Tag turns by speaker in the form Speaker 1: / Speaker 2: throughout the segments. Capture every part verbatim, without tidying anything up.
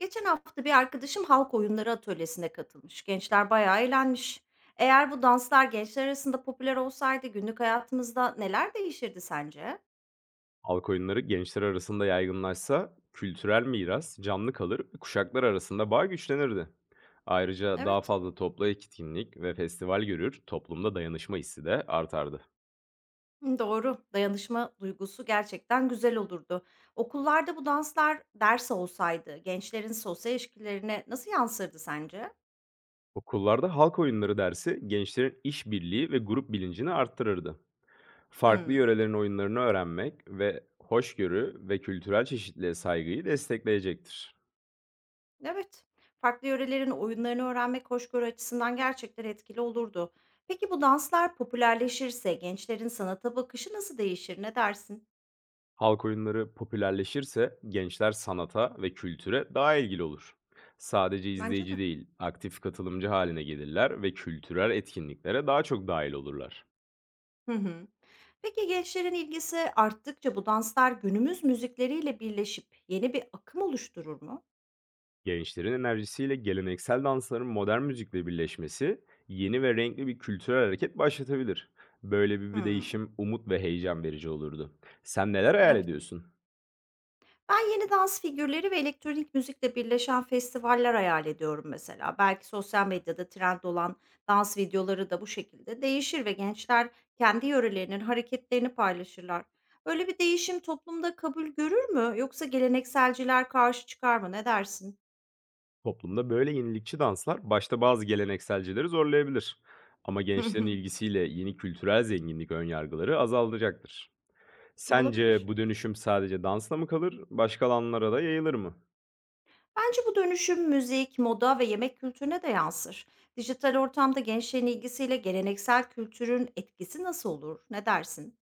Speaker 1: Geçen hafta bir arkadaşım halk oyunları atölyesine katılmış. Gençler bayağı eğlenmiş. Eğer bu danslar gençler arasında popüler olsaydı günlük hayatımızda neler değişirdi sence?
Speaker 2: Halk oyunları gençler arasında yaygınlaşsa kültürel miras canlı kalır ve kuşaklar arasında bağ güçlenirdi. Ayrıca daha
Speaker 1: Evet,
Speaker 2: fazla toplu etkinlik ve festival görür, toplumda dayanışma hissi de artardı.
Speaker 1: hı, doğru. Dayanışma duygusu gerçekten güzel olurdu. Okullarda bu danslar ders olsaydı gençlerin sosyal ilişkilerine nasıl yansırdı sence?
Speaker 2: Okullarda halk oyunları dersi gençlerin işbirliği ve grup bilincini arttırırdı. Farklı
Speaker 1: Hmm.
Speaker 2: yörelerin oyunlarını öğrenmek ve hoşgörü ve kültürel çeşitliliğe saygıyı destekleyecektir.
Speaker 1: Evet, farklı yörelerin oyunlarını öğrenmek hoşgörü açısından gerçekten etkili olurdu. Peki bu danslar popülerleşirse gençlerin sanata bakışı nasıl değişir? Ne dersin?
Speaker 2: Halk oyunları popülerleşirse gençler sanata ve kültüre daha ilgili olur. Sadece
Speaker 1: Bence
Speaker 2: izleyici
Speaker 1: de.
Speaker 2: değil, aktif katılımcı haline gelirler ve kültürel etkinliklere daha çok dahil olurlar.
Speaker 1: Hı hı. Peki gençlerin ilgisi arttıkça bu danslar günümüz müzikleriyle birleşip yeni bir akım oluşturur mu?
Speaker 2: Gençlerin enerjisiyle geleneksel dansların modern müzikle birleşmesi yeni ve renkli bir kültürel hareket başlatabilir. Böyle bir bir
Speaker 1: Hmm,
Speaker 2: değişim umut ve heyecan verici olurdu. Sen neler hayal
Speaker 1: evet.
Speaker 2: ediyorsun?
Speaker 1: Ben yeni dans figürleri ve elektronik müzikle birleşen festivaller hayal ediyorum mesela. Belki sosyal medyada trend olan dans videoları da bu şekilde değişir ve gençler kendi yörelerinin hareketlerini paylaşırlar. Böyle bir değişim toplumda kabul görür mü? Yoksa gelenekselciler karşı çıkar mı? Ne dersin?
Speaker 2: Toplumda böyle yenilikçi danslar başta bazı gelenekselcileri zorlayabilir. Ama gençlerin ilgisiyle yeni kültürel zenginlik önyargıları azaltacaktır. Sence
Speaker 1: Olabilir.
Speaker 2: bu dönüşüm sadece dansla mı kalır, başka alanlara da yayılır mı?
Speaker 1: Bence bu dönüşüm müzik, moda ve yemek kültürüne de yansır. Dijital ortamda gençlerin ilgisiyle geleneksel kültürün etkisi nasıl olur? Ne dersin?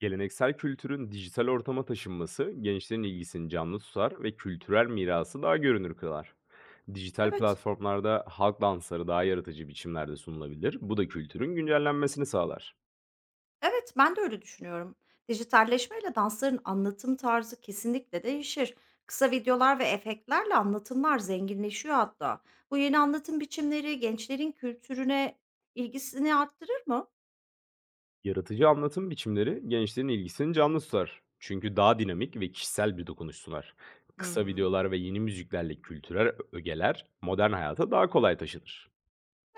Speaker 2: Geleneksel kültürün dijital ortama taşınması gençlerin ilgisini canlı tutar ve kültürel mirası daha görünür kılar. Dijital
Speaker 1: Evet.
Speaker 2: platformlarda halk dansları daha yaratıcı biçimlerde sunulabilir. Bu da kültürün güncellenmesini sağlar.
Speaker 1: Evet, ben de öyle düşünüyorum. Dijitalleşmeyle dansların anlatım tarzı kesinlikle değişir. Kısa videolar ve efektlerle anlatımlar zenginleşiyor hatta. Bu yeni anlatım biçimleri gençlerin kültürüne ilgisini arttırır mı?
Speaker 2: Yaratıcı anlatım biçimleri gençlerin ilgisini canlı tutar. Çünkü daha dinamik ve kişisel bir dokunuş sunar.
Speaker 1: Hı
Speaker 2: Kısa
Speaker 1: hı.
Speaker 2: videolar ve yeni müziklerle kültürel ö- ögeler modern hayata daha kolay taşınır.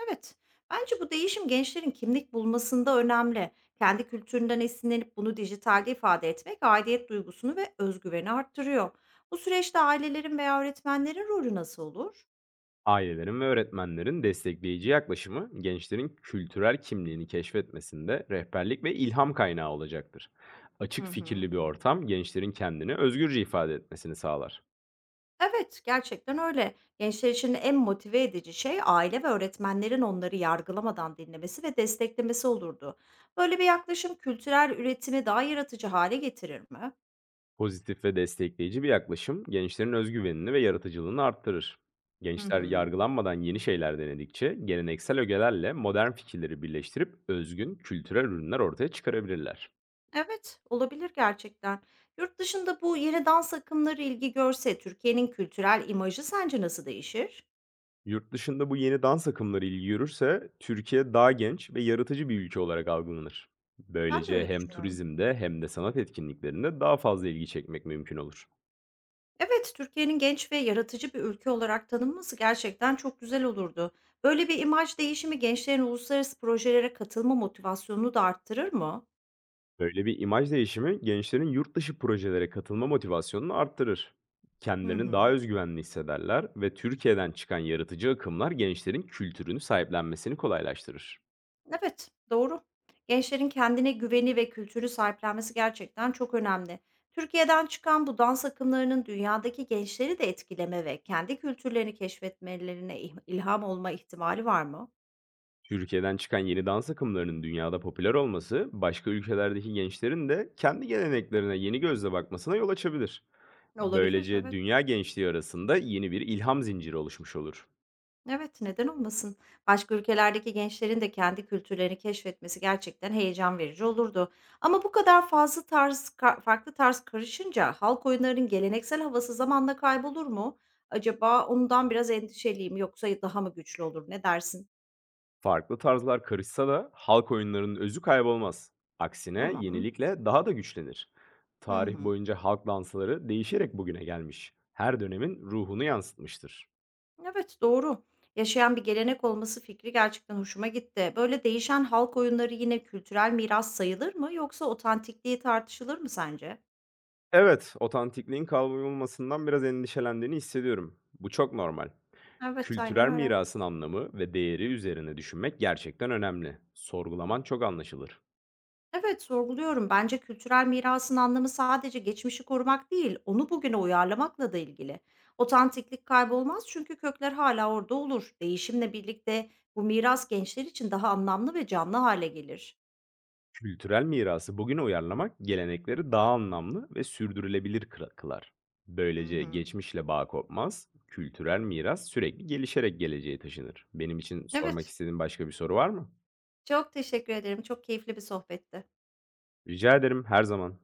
Speaker 1: Evet. Bence bu değişim gençlerin kimlik bulmasında önemli. Kendi kültüründen esinlenip bunu dijitalde ifade etmek aidiyet duygusunu ve özgüveni arttırıyor. Bu süreçte ailelerin veya öğretmenlerin rolü nasıl olur?
Speaker 2: Ailelerin ve öğretmenlerin destekleyici yaklaşımı gençlerin kültürel kimliğini keşfetmesinde rehberlik ve ilham kaynağı olacaktır. Açık
Speaker 1: Hı hı.
Speaker 2: fikirli bir ortam gençlerin kendini özgürce ifade etmesini sağlar.
Speaker 1: Evet, gerçekten öyle. Gençler için en motive edici şey aile ve öğretmenlerin onları yargılamadan dinlemesi ve desteklemesi olurdu. Böyle bir yaklaşım kültürel üretimi daha yaratıcı hale getirir mi?
Speaker 2: Pozitif ve destekleyici bir yaklaşım gençlerin özgüvenini ve yaratıcılığını arttırır.
Speaker 1: Hı
Speaker 2: Gençler
Speaker 1: hı.
Speaker 2: yargılanmadan yeni şeyler denedikçe geleneksel ögelerle modern fikirleri birleştirip özgün kültürel ürünler ortaya çıkarabilirler.
Speaker 1: Evet, olabilir gerçekten. Yurt dışında bu yeni dans akımları ilgi görse Türkiye'nin kültürel imajı sence nasıl değişir?
Speaker 2: Yurt dışında bu yeni dans akımları ilgi görürse Türkiye daha genç ve yaratıcı bir ülke olarak algılanır.
Speaker 1: Ben de
Speaker 2: Böylece
Speaker 1: öyle
Speaker 2: hem
Speaker 1: düşünüyorum.
Speaker 2: turizmde hem de sanat etkinliklerinde daha fazla ilgi çekmek mümkün olur.
Speaker 1: Evet, Türkiye'nin genç ve yaratıcı bir ülke olarak tanınması gerçekten çok güzel olurdu. Böyle bir imaj değişimi gençlerin uluslararası projelere katılma motivasyonunu da arttırır mı?
Speaker 2: Böyle bir imaj değişimi gençlerin yurt dışı projelere katılma motivasyonunu arttırır.
Speaker 1: Hı
Speaker 2: Kendilerini
Speaker 1: hı.
Speaker 2: daha özgüvenli hissederler ve Türkiye'den çıkan yaratıcı akımlar gençlerin kültürünü sahiplenmesini kolaylaştırır.
Speaker 1: Evet, doğru. Gençlerin kendine güveni ve kültürü sahiplenmesi gerçekten çok önemli. Türkiye'den çıkan bu dans akımlarının dünyadaki gençleri de etkileme ve kendi kültürlerini keşfetmelerine ih- ilham olma ihtimali var mı?
Speaker 2: Türkiye'den çıkan yeni dans akımlarının dünyada popüler olması, başka ülkelerdeki gençlerin de kendi geleneklerine yeni gözle bakmasına yol açabilir.
Speaker 1: Olabilir,
Speaker 2: Böylece
Speaker 1: evet.
Speaker 2: dünya gençliği arasında yeni bir ilham zinciri oluşmuş olur.
Speaker 1: Evet, neden olmasın? Başka ülkelerdeki gençlerin de kendi kültürlerini keşfetmesi gerçekten heyecan verici olurdu. Ama bu kadar fazla tarz, ka- farklı tarz karışınca halk oyunlarının geleneksel havası zamanla kaybolur mu? Acaba ondan biraz endişeliyim yoksa daha mı güçlü olur? Ne dersin?
Speaker 2: Farklı tarzlar karışsa da halk oyunlarının özü kaybolmaz. Aksine
Speaker 1: Tamam.
Speaker 2: yenilikle daha da güçlenir.
Speaker 1: Hı
Speaker 2: Tarih
Speaker 1: hı.
Speaker 2: boyunca halk dansları değişerek bugüne gelmiş. Her dönemin ruhunu yansıtmıştır.
Speaker 1: Evet, doğru. Yaşayan bir gelenek olması fikri gerçekten hoşuma gitti. Böyle değişen halk oyunları yine kültürel miras sayılır mı yoksa otantikliği tartışılır mı sence?
Speaker 2: Evet, otantikliğin kaybolmasından biraz endişelendiğini hissediyorum. Bu çok normal.
Speaker 1: Evet, aynen
Speaker 2: Kültürel
Speaker 1: öyle.
Speaker 2: mirasın anlamı ve değeri üzerine düşünmek gerçekten önemli. Sorgulaman çok anlaşılır.
Speaker 1: Evet, sorguluyorum. Bence kültürel mirasın anlamı sadece geçmişi korumak değil, onu bugüne uyarlamakla da ilgili. Otantiklik kaybolmaz çünkü kökler hala orada olur. Değişimle birlikte bu miras gençler için daha anlamlı ve canlı hale gelir.
Speaker 2: Kültürel mirası bugüne uyarlamak gelenekleri daha anlamlı ve sürdürülebilir kıra- kılar.
Speaker 1: Hı
Speaker 2: Böylece
Speaker 1: hı.
Speaker 2: geçmişle bağ kopmaz, kültürel miras sürekli gelişerek geleceğe taşınır. Benim için sormak
Speaker 1: Evet,
Speaker 2: istediğin başka bir soru var mı?
Speaker 1: çok teşekkür ederim. Çok keyifli bir sohbetti.
Speaker 2: Rica ederim her zaman.